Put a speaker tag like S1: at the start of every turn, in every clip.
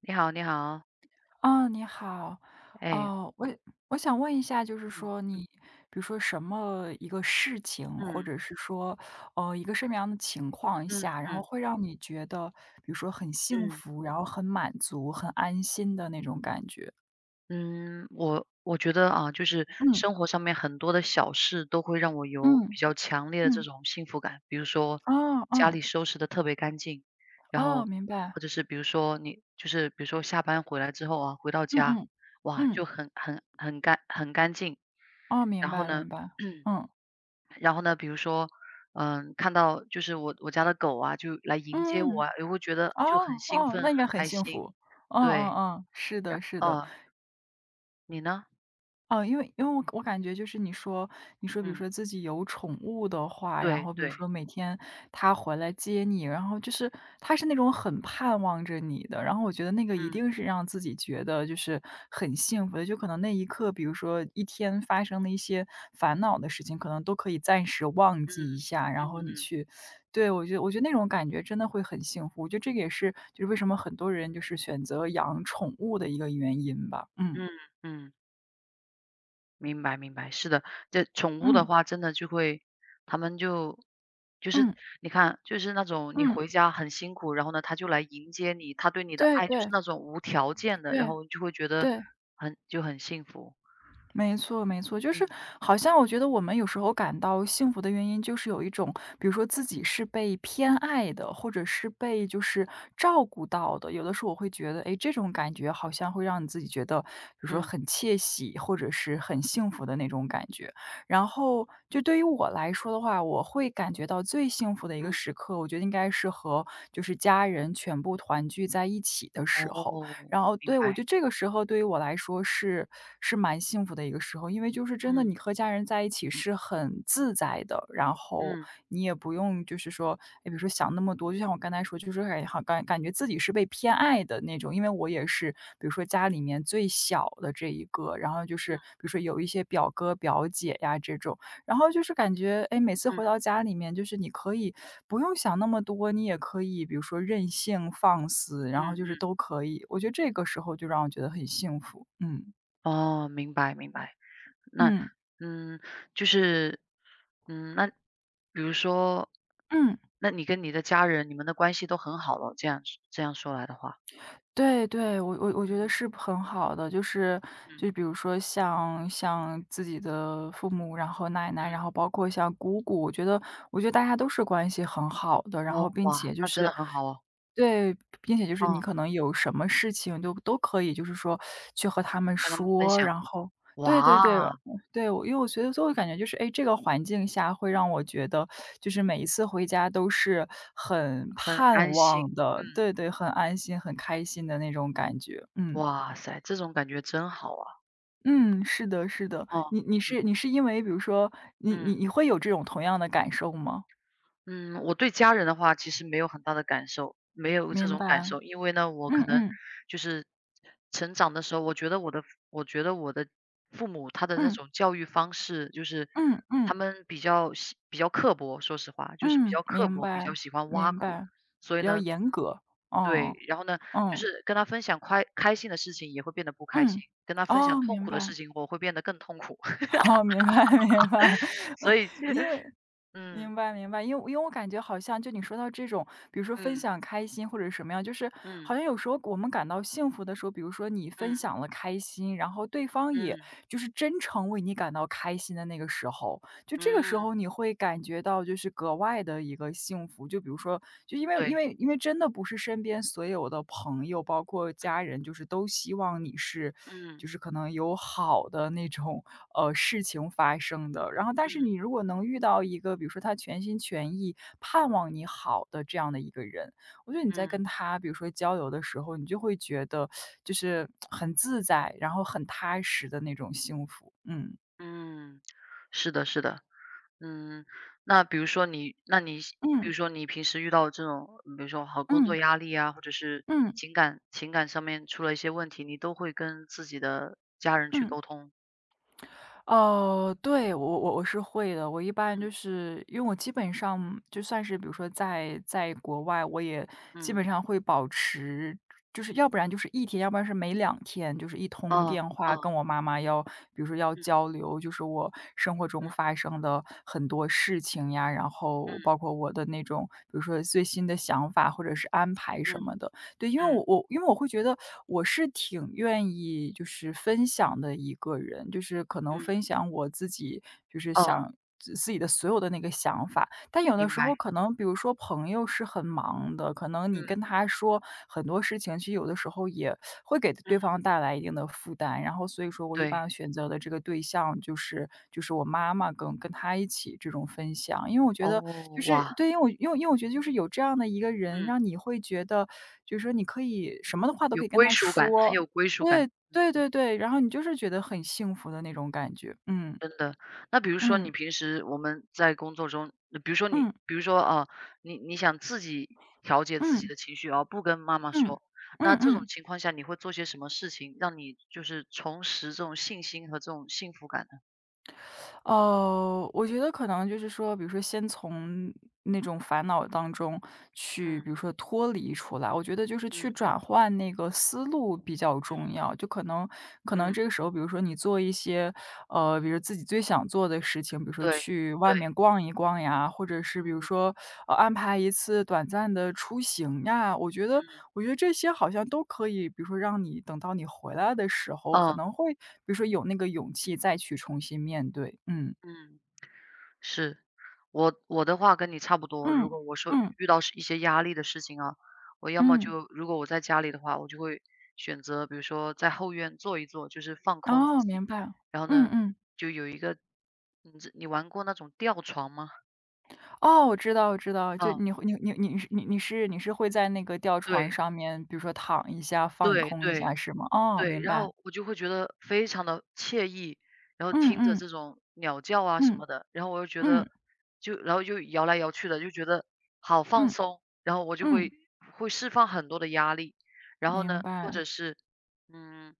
S1: 你好，你好，
S2: 哦，你好。
S1: 哎，
S2: 哦，我想问一下，就是说
S1: 嗯
S2: 你比如说什么一个事情，
S1: 嗯
S2: 或
S1: 嗯
S2: 者是说，一个什么样的情况
S1: 嗯
S2: 下，然后
S1: 嗯
S2: 会让你觉得，比如说很幸
S1: 嗯
S2: 福，然后很满足、很安心的那种感觉？
S1: 嗯，我觉得啊，就是
S2: 嗯，
S1: 生活上面很多的小事都会让我有
S2: 嗯，
S1: 比较强烈的这
S2: 嗯，
S1: 种幸福感，比如说
S2: 哦，
S1: 家
S2: 嗯，
S1: 里收拾的特别干净，然
S2: 哦，
S1: 后
S2: 明白。
S1: 或者是比如说你就是比如说下班回来之后啊，回到
S2: 嗯
S1: 家，
S2: 嗯，
S1: 哇，
S2: 嗯，
S1: 就很干净，
S2: 哦哦哦明白嗯嗯嗯哦明
S1: 然后
S2: 白
S1: 呢，
S2: 明白。嗯，
S1: 然后呢，比如说，嗯，看到就是我家的狗啊，就来迎接我
S2: 嗯，
S1: 啊，也会觉得就很
S2: 哦，
S1: 兴
S2: 哦，
S1: 奋、
S2: 那应该
S1: 很
S2: 很
S1: 开
S2: 幸
S1: 心。
S2: 福。嗯嗯
S1: 对，
S2: 嗯，是的是的。
S1: 哦，你呢？
S2: 哦，因为我感觉就是你说比如
S1: 嗯，
S2: 说自己有宠物的话，然
S1: 对
S2: 后比如
S1: 对，
S2: 说每天它回来接你，然后就是它是那种很盼望着你的，然后我觉得那个一
S1: 嗯
S2: 定是让自己觉得就是很幸福的，就可能那一刻，比如说一天发生的一些烦恼的事情，可能都可以暂时忘
S1: 嗯
S2: 记一下，
S1: 嗯
S2: 然后你
S1: 嗯
S2: 去对，我觉得那种感觉真的会很幸福，我觉得这个也是就是为什么很多人就是选择养宠物的一个原因吧。嗯
S1: 嗯嗯，明白明白，是的，这宠物的
S2: 嗯
S1: 话，真的就会，他们就是
S2: 嗯
S1: 你看，就是那种你
S2: 嗯。
S1: 回家很辛苦，然后呢，它就来迎接你，它对你的
S2: 对
S1: 爱就是
S2: 对
S1: 那种无条件的，然
S2: 对
S1: 后你就会觉得
S2: 对，
S1: 就很幸福。
S2: 没错没错。就是
S1: 嗯
S2: 好像我觉得我们有时候感到幸福的原因，就是有一种比如说自己是被偏爱的，或者是被就是照顾到的。有的时候我会觉得，哎，这种感觉好像会让你自己觉得，比如说
S1: 嗯
S2: 很窃喜，或者是很幸福的那种感觉。然后就对于我来说的话，我会感觉到最幸福的一个
S1: 嗯。
S2: 时刻，我觉得应该是和就是家人全部团聚在一起的时候。
S1: 哦，
S2: 然后
S1: 明
S2: 对，我
S1: 白，
S2: 觉得这个时候对于我来说是蛮幸福的一个时候，因为就是真的
S1: 嗯
S2: 你和家人在一起是很自在的，然后
S1: 嗯
S2: 你也不用就是说，哎，比如说想那么多，就像我刚才说，就是感好感感觉自己是被偏爱的那种，因为我也是，比如说家里面最小的这一个，然后就是
S1: 嗯
S2: 比如说有一些表哥表姐呀这种，然后就是感觉，哎，每次回到
S1: 嗯
S2: 家里面，就是你可以不用想那么多，你也可以比如说任性放肆，
S1: 嗯
S2: 然后就是
S1: 嗯，
S2: 都可以。我觉得这个时候就让我觉得很幸福。嗯
S1: 哦，明白明白。那
S2: 嗯
S1: 嗯，就是嗯，那比如说，
S2: 嗯，
S1: 那你跟你的家人，你们的关系都很好了，这样说来的话，
S2: 对对，我觉得是
S1: 嗯
S2: 很好的，就是
S1: 嗯
S2: 就比如说像自己的父母，然后奶奶，
S1: 嗯，
S2: 然后包括像姑姑，我觉得大家都是关系很好的，然后
S1: 哦
S2: 并
S1: 哇，
S2: 且就
S1: 那真
S2: 是
S1: 的很好哦，
S2: 对，并且就是你
S1: 哦，
S2: 可能有什么事情都可以，就是说去和他们
S1: 跟他们分
S2: 说，
S1: 享，
S2: 然后对对
S1: 哇，
S2: 对，嗯对，因为我觉得最后感觉就是，哎，这个环境下会让我觉得，就是每一次回家都是很
S1: 很
S2: 盼
S1: 安心，
S2: 望的，
S1: 嗯，
S2: 对对，很安心、很开心的那种感觉。嗯
S1: 哇塞，这种感觉真好啊，
S2: 嗯，是的，是的，
S1: 哦，
S2: 你你
S1: 嗯
S2: 是你是因为比如说你你
S1: 嗯。
S2: 你会有这种同样的感受吗？
S1: 嗯，我对家人的话其实没有很大的感受，没有这
S2: 明
S1: 种感
S2: 白，
S1: 受，因为呢，我
S2: 嗯
S1: 可能
S2: 嗯
S1: 就是成长的时候，我觉得我的父母他的那
S2: 嗯
S1: 种教育方式，就是
S2: 嗯嗯嗯。
S1: 他们比较刻薄，说实话，就是比
S2: 嗯，
S1: 较刻
S2: 明
S1: 薄，比
S2: 白，
S1: 较喜欢挖
S2: 明
S1: 苦，
S2: 白，
S1: 所以
S2: 比较
S1: 呢，
S2: 严格，
S1: 对，
S2: 嗯，
S1: 然后呢，就
S2: 嗯，
S1: 是跟他分享开心的事情也会变得不开心，
S2: 嗯，
S1: 跟他分享
S2: 哦，
S1: 痛
S2: 明
S1: 苦的
S2: 白，
S1: 事情，我会变得更痛苦，
S2: 哦，明白 明白，
S1: 所以，
S2: 因为
S1: 嗯
S2: 明白，明白，因为我感觉好像就你说到这种，比如说分
S1: 嗯
S2: 享开心或者什么样，就是好
S1: 嗯
S2: 像有时候我们感到幸福的时候，比如说你分
S1: 嗯
S2: 享了开心，然后对方也
S1: 嗯
S2: 就是真诚为你感到开心的那个时候，就这个
S1: 嗯，
S2: 时候你会感觉到就是格外的一个幸福，就比如说，就因为
S1: 对。
S2: 因为因为真的不是身边所有的朋友，包括家人，就是都希望你是，
S1: 嗯
S2: 就是可能有好的那种事情发生的。然后，但是你
S1: 嗯
S2: 如果能遇到一个，比如说他全心全意盼望你好的这样的一个人，我觉得你在
S1: 嗯
S2: 跟他比如说交流的时候，你就会觉得就是很自在，然后很踏实的那种幸福。嗯
S1: 嗯，是的，是的，嗯，那比如说你，比
S2: 嗯
S1: 如说你平时遇到这种，比如说好工作
S2: 嗯
S1: 压力啊，或者是
S2: 嗯。
S1: 情感上面出了一些问题，你都会跟自己的家人去
S2: 嗯，
S1: 沟通，
S2: 哦，对，我是会的。我一般就
S1: 嗯
S2: 是因为我基本上就算是比如说在国外，我也基本
S1: 嗯，
S2: 上会保持，就是要不然就是一天，要不然是每两天，就是一通
S1: 哦
S2: 电
S1: 哦，
S2: 话跟我妈妈要，比如说要
S1: 嗯
S2: 交流，就是我生活中
S1: 嗯
S2: 发生的很多事情呀，然后
S1: 嗯
S2: 包括我的那种，比如说最新的想法或者是安排什
S1: 嗯
S2: 么的。对，因为我
S1: 嗯
S2: 我因为我会觉得我是挺愿意就是分享的一个人，就是可能
S1: 嗯，
S2: 分享我自己，就是
S1: 哦，
S2: 想自己的所有的那个想法。但有的
S1: 明
S2: 时候
S1: 白，
S2: 可能比如说朋友是很忙的，可能
S1: 嗯
S2: 你跟他说很多事情，其实有的时候也会给对
S1: 嗯，
S2: 方带来一定的负担。然后所以说我一
S1: 对，
S2: 般选择的这个对象就是我妈妈跟他一起这种分享，因为我觉
S1: 哦
S2: 得就是
S1: 哇，
S2: 对，因为我觉得就是有这样的一个人，
S1: 嗯，
S2: 让你会觉得就是说你可以什么的话都
S1: 有
S2: 可以跟
S1: 归
S2: 他
S1: 属感，很
S2: 说，
S1: 有归属感，
S2: 对对
S1: 嗯。
S2: 对对，然后你就是觉得很幸福的那种感觉，
S1: 真的，那比如说你
S2: 嗯
S1: 平时我们在工作中，比如说你，
S2: 嗯
S1: 比如说啊，你你想自己调节自己
S2: 嗯
S1: 的情绪而不跟妈妈
S2: 嗯
S1: 说，
S2: 嗯嗯
S1: 那
S2: 嗯
S1: 这种
S2: 嗯。
S1: 情况下你会做些什么事情，让你就是重拾这种信心和这种幸福感呢？
S2: 哦，我觉得可能就是说，比如说先从那种烦恼当中去，比
S1: 嗯
S2: 如说脱离出来，我觉得就是去
S1: 嗯嗯
S2: 转换那个思路比较
S1: 嗯
S2: 重要。就可能
S1: 嗯，
S2: 这个时候，比如说你做一些，比如自己最想做的事情，比如说
S1: 对
S2: 去外
S1: 对，
S2: 面逛一逛呀，或者是比如
S1: 嗯
S2: 说，安排一次短暂的出行呀，我觉得
S1: 嗯
S2: 我觉得这些好像都可以，比如说让你等到你回来的时候，可
S1: 哦
S2: 能会比如说有那个勇气再去重新面对，嗯。
S1: 嗯。是，我的话跟你差不多。如
S2: 嗯，
S1: 果我说
S2: 嗯，
S1: 遇到是一些压力的事情啊，我要么
S2: 嗯，
S1: 就如果我在家里的话，我就会选择，比如说在后院坐一坐，就是放空自
S2: 哦，
S1: 己。
S2: 明白，
S1: 然后
S2: 嗯
S1: 呢，
S2: 嗯，
S1: 就有一个，你玩过那种吊床吗？
S2: 哦，我知道，就
S1: 啊，
S2: 你会你你你是你你是你是会在那个吊床
S1: 对
S2: 上面，比如说躺一下，放
S1: 对
S2: 空一下
S1: 对，
S2: 是吗？哦，
S1: 对，
S2: 明
S1: 然
S2: 白，
S1: 后我就会觉得非常的惬意，然后
S2: 嗯
S1: 听着
S2: 嗯，
S1: 这种鸟叫啊什
S2: 嗯，
S1: 么的，然后我又觉
S2: 嗯，
S1: 得就然后就摇来摇去的，就觉得好放
S2: 嗯，
S1: 松，然后我就会
S2: 嗯。
S1: 会释放很多的压力。然后
S2: 明
S1: 呢，或
S2: 白，
S1: 者是，嗯，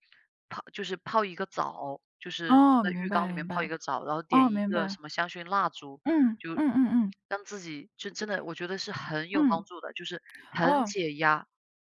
S1: 就是泡一个澡，就是坐
S2: 哦，
S1: 在
S2: 明
S1: 浴
S2: 白
S1: 缸里
S2: 明
S1: 面泡一
S2: 白，
S1: 个澡，然后点
S2: 哦，
S1: 一
S2: 明
S1: 个
S2: 白，
S1: 什么香薰蜡烛，
S2: 嗯，
S1: 就
S2: 嗯嗯嗯，
S1: 让自己就真的我觉得是很有
S2: 嗯，
S1: 帮助的，就是很
S2: 哦，
S1: 解压。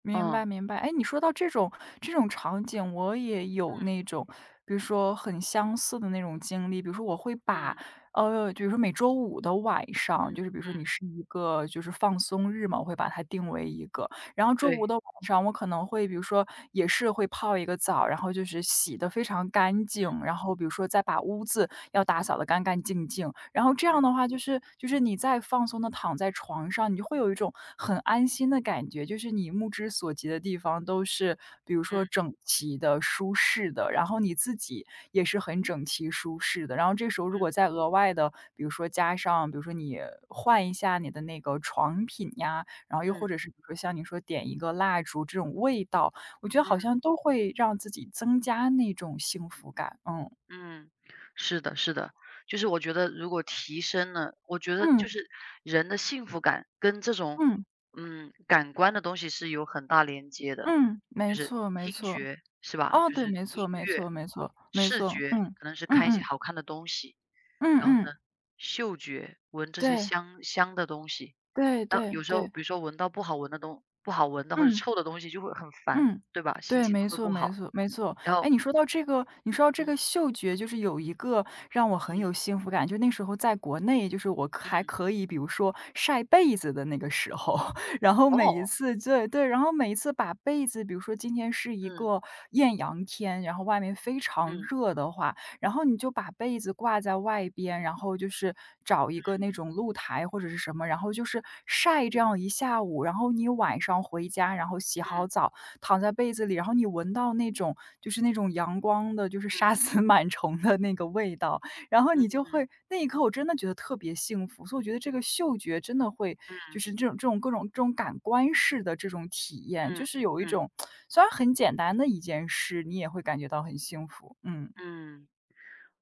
S2: 明白
S1: 嗯，
S2: 明白。哎，你说到这种场景，我也有
S1: 嗯，
S2: 那种，比如说很相似的那种经历。比如说我会把，
S1: 嗯，
S2: 比如说每周五的晚上，就
S1: 嗯，
S2: 是比如
S1: 嗯，
S2: 说你是一个就是放松日嘛，我会把它定为一个。然后周五
S1: 对。
S2: 的晚上，我可能会比如说也是会泡一个澡，然后就是洗的非常干净，
S1: 嗯
S2: 然后比如说再把屋子要打扫得干干净净。然后这样的话，就是你再放松的躺在床上，你就会有一种很安心的感觉，就是你目之所及的地方都是比如说
S1: 嗯
S2: 整齐的、舒适的，然后你自己也是很整齐舒适的。然后这时候如
S1: 嗯
S2: 果再
S1: 嗯
S2: 额外的，比如说加上比如说你换一下你的那个床品呀，然后又或者
S1: 嗯
S2: 是比如说像你说点一个蜡烛这种味道，我觉得好
S1: 嗯
S2: 像都会让自己增加那种幸福感，嗯，
S1: 嗯，是的，是的，就是我觉得如果提升了，我觉得
S2: 嗯，
S1: 就是人的幸福感跟这种
S2: 嗯。
S1: 嗯感官的东西是有很大连接的，
S2: 嗯，
S1: 就
S2: 没
S1: 是
S2: 错没
S1: 听
S2: 错。
S1: 觉是吧？
S2: 哦，
S1: 就
S2: 对，
S1: 是
S2: 没
S1: 音
S2: 错没
S1: 乐，
S2: 错没错没
S1: 视
S2: 错，
S1: 觉
S2: 嗯，
S1: 可能是
S2: 嗯
S1: 看一些
S2: 嗯，
S1: 好看的东西，
S2: 嗯
S1: 然后
S2: 嗯，
S1: 呢，嗅觉闻这些
S2: 对，
S1: 香香的东西，
S2: 对
S1: 那
S2: 对
S1: 有时候
S2: 对，
S1: 比如说闻到不好闻的东不好闻的或者
S2: 嗯
S1: 臭的东西就会很烦，
S2: 嗯，
S1: 对吧？心
S2: 对，
S1: 情都
S2: 没
S1: 会
S2: 错
S1: 不
S2: 没
S1: 好，
S2: 错没错。
S1: 然
S2: 哎，
S1: 后。
S2: 你说到这个
S1: 嗯
S2: 嗅觉，就是有一个让我很
S1: 嗯
S2: 有幸福感，就那时候在国内，就是我可还
S1: 嗯，
S2: 可以比如说晒被子的那个时候，然后每一
S1: 哦，
S2: 次对对，然后每一次把被子比如说今天是一
S1: 嗯
S2: 个艳阳天，然后外面非常
S1: 嗯
S2: 热的话，然后你就把被子挂在外边，然后就是找一个那种露台或者是什么，然后就是晒这样
S1: 嗯
S2: 一下午，然后你晚上回家，然后洗好
S1: 嗯
S2: 澡，躺在被子里，然后你闻到那种就是那种阳光的，就是杀死 螨虫的那个味道，然后你
S1: 嗯
S2: 就会那一刻我真的觉得特别幸福，所以我觉得这个嗅觉真的会就
S1: 嗯
S2: 是这种各种这种感官式的这种体验，就
S1: 嗯
S2: 是有一
S1: 嗯
S2: 种 虽然很简单的一件事，你也会感觉到很幸福，嗯。
S1: 嗯，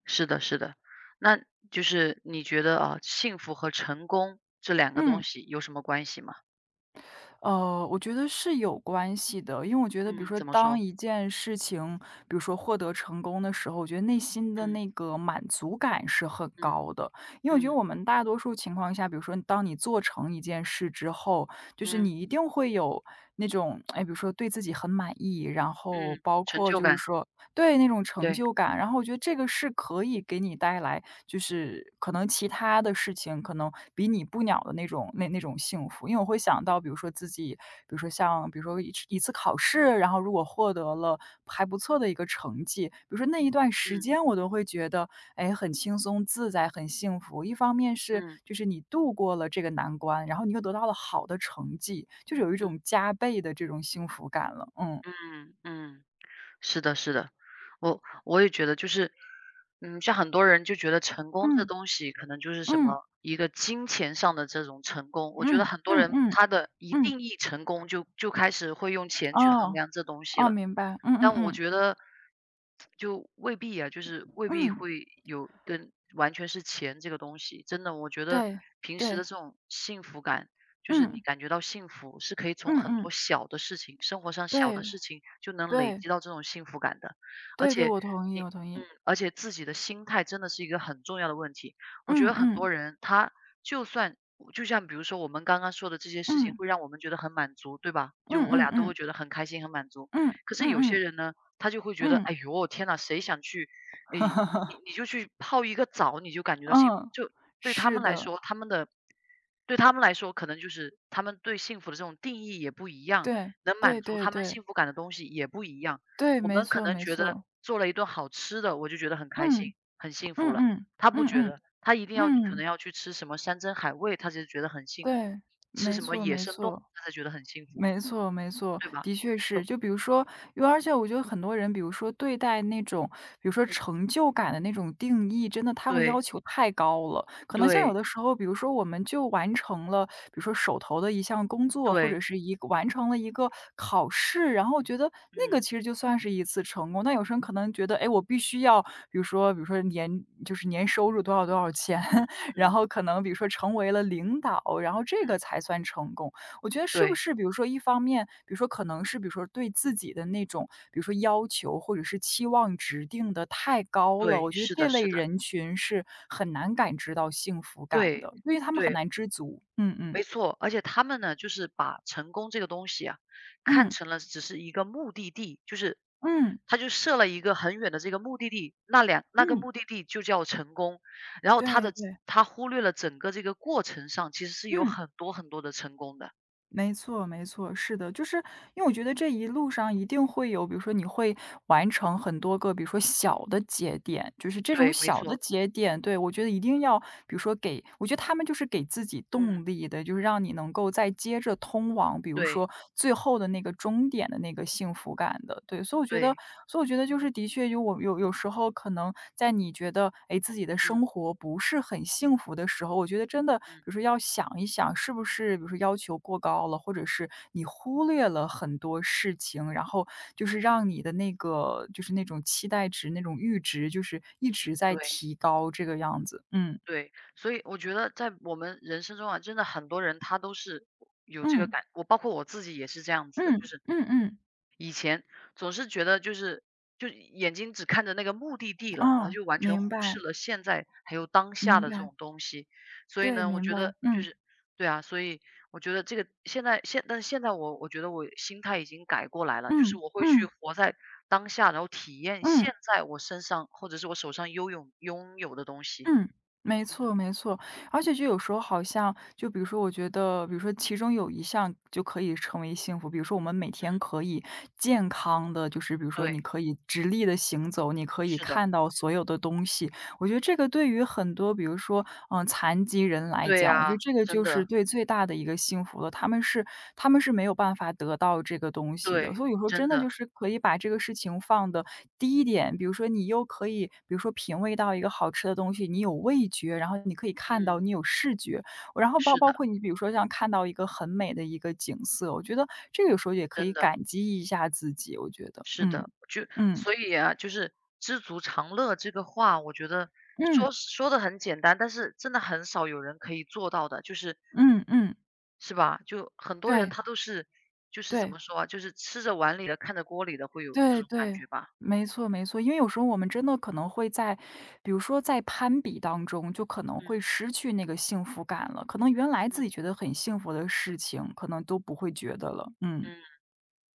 S1: 是的，是的。那就是你觉得啊，幸福和成功这两个东
S2: 嗯。
S1: 西有什么关系吗？
S2: 我觉得是有关系的，因为我觉得，比如
S1: 嗯，
S2: 说，
S1: 怎么
S2: 当
S1: 说？
S2: 一件事情，比如说获得成功的时候，我觉得内心的
S1: 嗯
S2: 那个满足感是很
S1: 嗯
S2: 高的。因为我觉得
S1: 嗯
S2: 我们大多数情况下，比如说，当你做成一件事之后，就是
S1: 嗯
S2: 你一定会有那种，哎，比如说对自己很满意，然后
S1: 嗯，
S2: 包
S1: 成
S2: 括
S1: 就
S2: 就是
S1: 感，
S2: 说，对，那种成
S1: 对，
S2: 就感，然后我觉得这个是可以给你带来，就是可能其他的事情可能比你不鸟的那种那种幸福。因为我会想到，比如说自己，比如说像比如说一次考试，然后如果获得了还不错的一个成绩，比如说那一段时
S1: 嗯
S2: 间我都会觉得，哎，很轻松自在，很幸福。一方面是
S1: 嗯
S2: 就是你度过了这个难关，然后你又得到了好的成绩，就是有一
S1: 嗯
S2: 种加倍的这种幸福感了。
S1: 嗯嗯。是的，是的，我也觉得就是，嗯，像很多人就觉得成功这
S2: 嗯
S1: 东西可能就是什
S2: 嗯
S1: 么一个金钱上的这种成功，我觉得
S2: 嗯
S1: 很多
S2: 嗯嗯
S1: 人
S2: 嗯。嗯
S1: 他的一
S2: 嗯，
S1: 定义成功就开始会用钱去衡
S2: 哦，
S1: 量这东西
S2: 哦，
S1: 了。
S2: 明白，嗯嗯
S1: 但我
S2: 嗯，
S1: 觉得就未必啊，就是未必
S2: 嗯，
S1: 会有跟完全是钱这个东西。真的，我觉得
S2: 对，
S1: 平时
S2: 对，
S1: 的这种幸福感，就是你
S2: 嗯，
S1: 感觉到幸福是可以从
S2: 嗯
S1: 很
S2: 嗯，
S1: 多小的事情，生活上小的
S2: 对，
S1: 事情就能累
S2: 对，
S1: 积到这种幸福感的。而
S2: 对对，
S1: 且
S2: 我同意，
S1: 你，嗯，而且自己的心态真的是一个很重要的问题。我觉
S2: 嗯
S1: 得很
S2: 嗯，
S1: 多人他就算就像比如说我们刚刚说的这些事情，
S2: 嗯，
S1: 会让我们觉得很满足，对吧？
S2: 嗯
S1: 就我
S2: 嗯
S1: 俩都
S2: 嗯，
S1: 会觉得很开心、很满足。
S2: 嗯
S1: 可是有些
S2: 嗯嗯，
S1: 人呢，他就会觉得，
S2: 嗯，
S1: 哎呦，天呐，谁想去，哎，你你 就去泡一个澡，你就感觉到幸福，
S2: 嗯，
S1: 就对他
S2: 是
S1: 们来
S2: 的，
S1: 说，他们的对他们来说，可能就是他们对幸福的这种定义也不一样，
S2: 对，
S1: 能
S2: 对
S1: 满足
S2: 对
S1: 他们
S2: 对，
S1: 幸福感的东西也不一样。
S2: 对，
S1: 我
S2: 没
S1: 们可
S2: 错
S1: 能
S2: 没
S1: 觉得
S2: 错，
S1: 做了一顿好吃的，我就觉得很开心、
S2: 嗯，
S1: 很幸
S2: 嗯
S1: 福了。
S2: 嗯，
S1: 他不
S2: 嗯
S1: 觉
S2: 嗯，
S1: 得，他一定要可
S2: 嗯。
S1: 能要去吃什么山珍海味，他才觉得很幸福；
S2: 对，
S1: 吃
S2: 没
S1: 什么
S2: 错
S1: 野
S2: 没
S1: 生动物，
S2: 错。
S1: 他才觉得很幸福，
S2: 没错没错，
S1: 对吧？
S2: 的确是。
S1: 就
S2: 就比如说因为而且我觉得很多人，比如说对待那种比如说
S1: 嗯，
S2: 成就感的那种定义，真的他会要
S1: 对。
S2: 求太高了。可能像有
S1: 对，
S2: 的时候，比如说我们就完成了，比如说手头的一项工作，或者
S1: 对，
S2: 是一个完成了一个考试，然后我觉得那个
S1: 嗯，
S2: 其实就算是一次成功。但有时候可能觉得，哎，我必须要，比如说就是年收入多少多少钱，
S1: 嗯，
S2: 然
S1: 嗯，
S2: 后可能比如说成为了领导，然后这个
S1: 嗯，
S2: 才算成功。我觉得是不
S1: 对，
S2: 是比如说一方面，比如说可能是比如说对自己的那种，比如说要求或者是期望值定的太高了，
S1: 对，
S2: 我觉得
S1: 是
S2: 这
S1: 的，
S2: 类
S1: 是的，
S2: 人群是很难感知到幸福感
S1: 对，
S2: 的，因为他们很
S1: 对，
S2: 难知足。嗯嗯，
S1: 没错。而且他们呢，就是把成功这个东西啊，看
S2: 嗯，
S1: 成了只是一个目的地，就是
S2: 嗯，
S1: 他就设了一个很远的这个目的地，那个
S2: 嗯，
S1: 目的地就叫成功。然后他
S2: 对
S1: 的
S2: 对，
S1: 他忽略了整个这个过程上，其实是有
S2: 嗯。
S1: 很多很多的成功的。
S2: 没错，没错，是的，就是因为我觉得这一路上一定会有，比如说你会完成很多个，比如说小的节点，就是这种
S1: 对，没
S2: 小的
S1: 错，
S2: 节点，对，我觉得一定要，比如说给，我觉得他们就是给自己动
S1: 嗯，
S2: 力的，就是让你能够再接着通往，比如
S1: 对，
S2: 说最后的那个终点的那个幸福感的，对，所以我觉得
S1: 对，
S2: 就是的确有有时候可能在你觉得，哎，自己的
S1: 嗯，
S2: 生活不是很幸福的时候，我觉得真的比
S1: 嗯，
S2: 如说要想一想是不是比如说要求过高了，或者是你忽略了很多事情，然后就是让你的那个就是那种期待值、那种阈值，就是一直在
S1: 对。
S2: 提高这个样子。嗯，
S1: 对，所以我觉得在我们人生中啊，真的很多人他都是有这个
S2: 嗯，
S1: 感，我包括我自己也是这样子的，
S2: 嗯，
S1: 就是
S2: 嗯嗯，
S1: 以前总是觉得就是就眼睛只看着那个目的地了，然后
S2: 哦，
S1: 就完全忽
S2: 明
S1: 视
S2: 白，
S1: 了现在还有当下
S2: 明
S1: 的这
S2: 白，
S1: 种东西，所以
S2: 对，
S1: 呢，我
S2: 明
S1: 觉
S2: 白，
S1: 得就
S2: 嗯，
S1: 是对啊，所以我觉得这个现在但是现在我觉得我心态已经改过来了，就是
S2: 嗯，
S1: 我会去
S2: 嗯，
S1: 活在当下，然后体验
S2: 嗯。
S1: 现在我身上或者是我手上拥有的东西，
S2: 嗯，没
S1: 嗯，
S2: 错没错。而且就有时候好像就比如说我觉得，比如说其中有一项就可以成为幸福，比如说我们每天可以健康的就是比如说
S1: 对。
S2: 你可以直立的行走，你可以
S1: 是的，
S2: 看到所有的东西，我觉得这个对于很多比如说，嗯，残疾人来
S1: 对
S2: 讲，
S1: 呀，
S2: 我觉得这个
S1: 真
S2: 就是
S1: 的，
S2: 对最大的一个幸福了。他们是没有办法得到这个东西的，
S1: 对，
S2: 所以有时候真
S1: 真
S2: 的就
S1: 的，
S2: 是可以把这个事情放的低一点。比如说你又可以，比如说品味到一个好吃的东西，你有味觉，然后你可以看
S1: 嗯，
S2: 到，你有视觉，然后
S1: 是
S2: 包
S1: 的，
S2: 括你比如说像看到一个很美的一个景色，我觉得这个有时候也可以
S1: 真的，
S2: 感激一下自己，我觉得，
S1: 是
S2: 嗯，
S1: 的，就
S2: 嗯，
S1: 所以啊，就是知足常乐这个话，我觉得
S2: 嗯，
S1: 说说的很简单，但是真的很少有人可以做到的，就是，
S2: 嗯嗯，
S1: 是吧？就很多人
S2: 对，
S1: 他都是，就是怎
S2: 对。
S1: 么说啊，就是吃着碗里的，看着锅里的，会有这
S2: 对
S1: 种感
S2: 对，
S1: 觉吧？
S2: 没错没错。因为有时候我们真的可能会在比如说在攀比当中，就可能会
S1: 嗯
S2: 失去那个幸福感了，可能原来自己
S1: 嗯
S2: 觉得很幸福的事情，可能都不会觉得了，嗯。
S1: 嗯。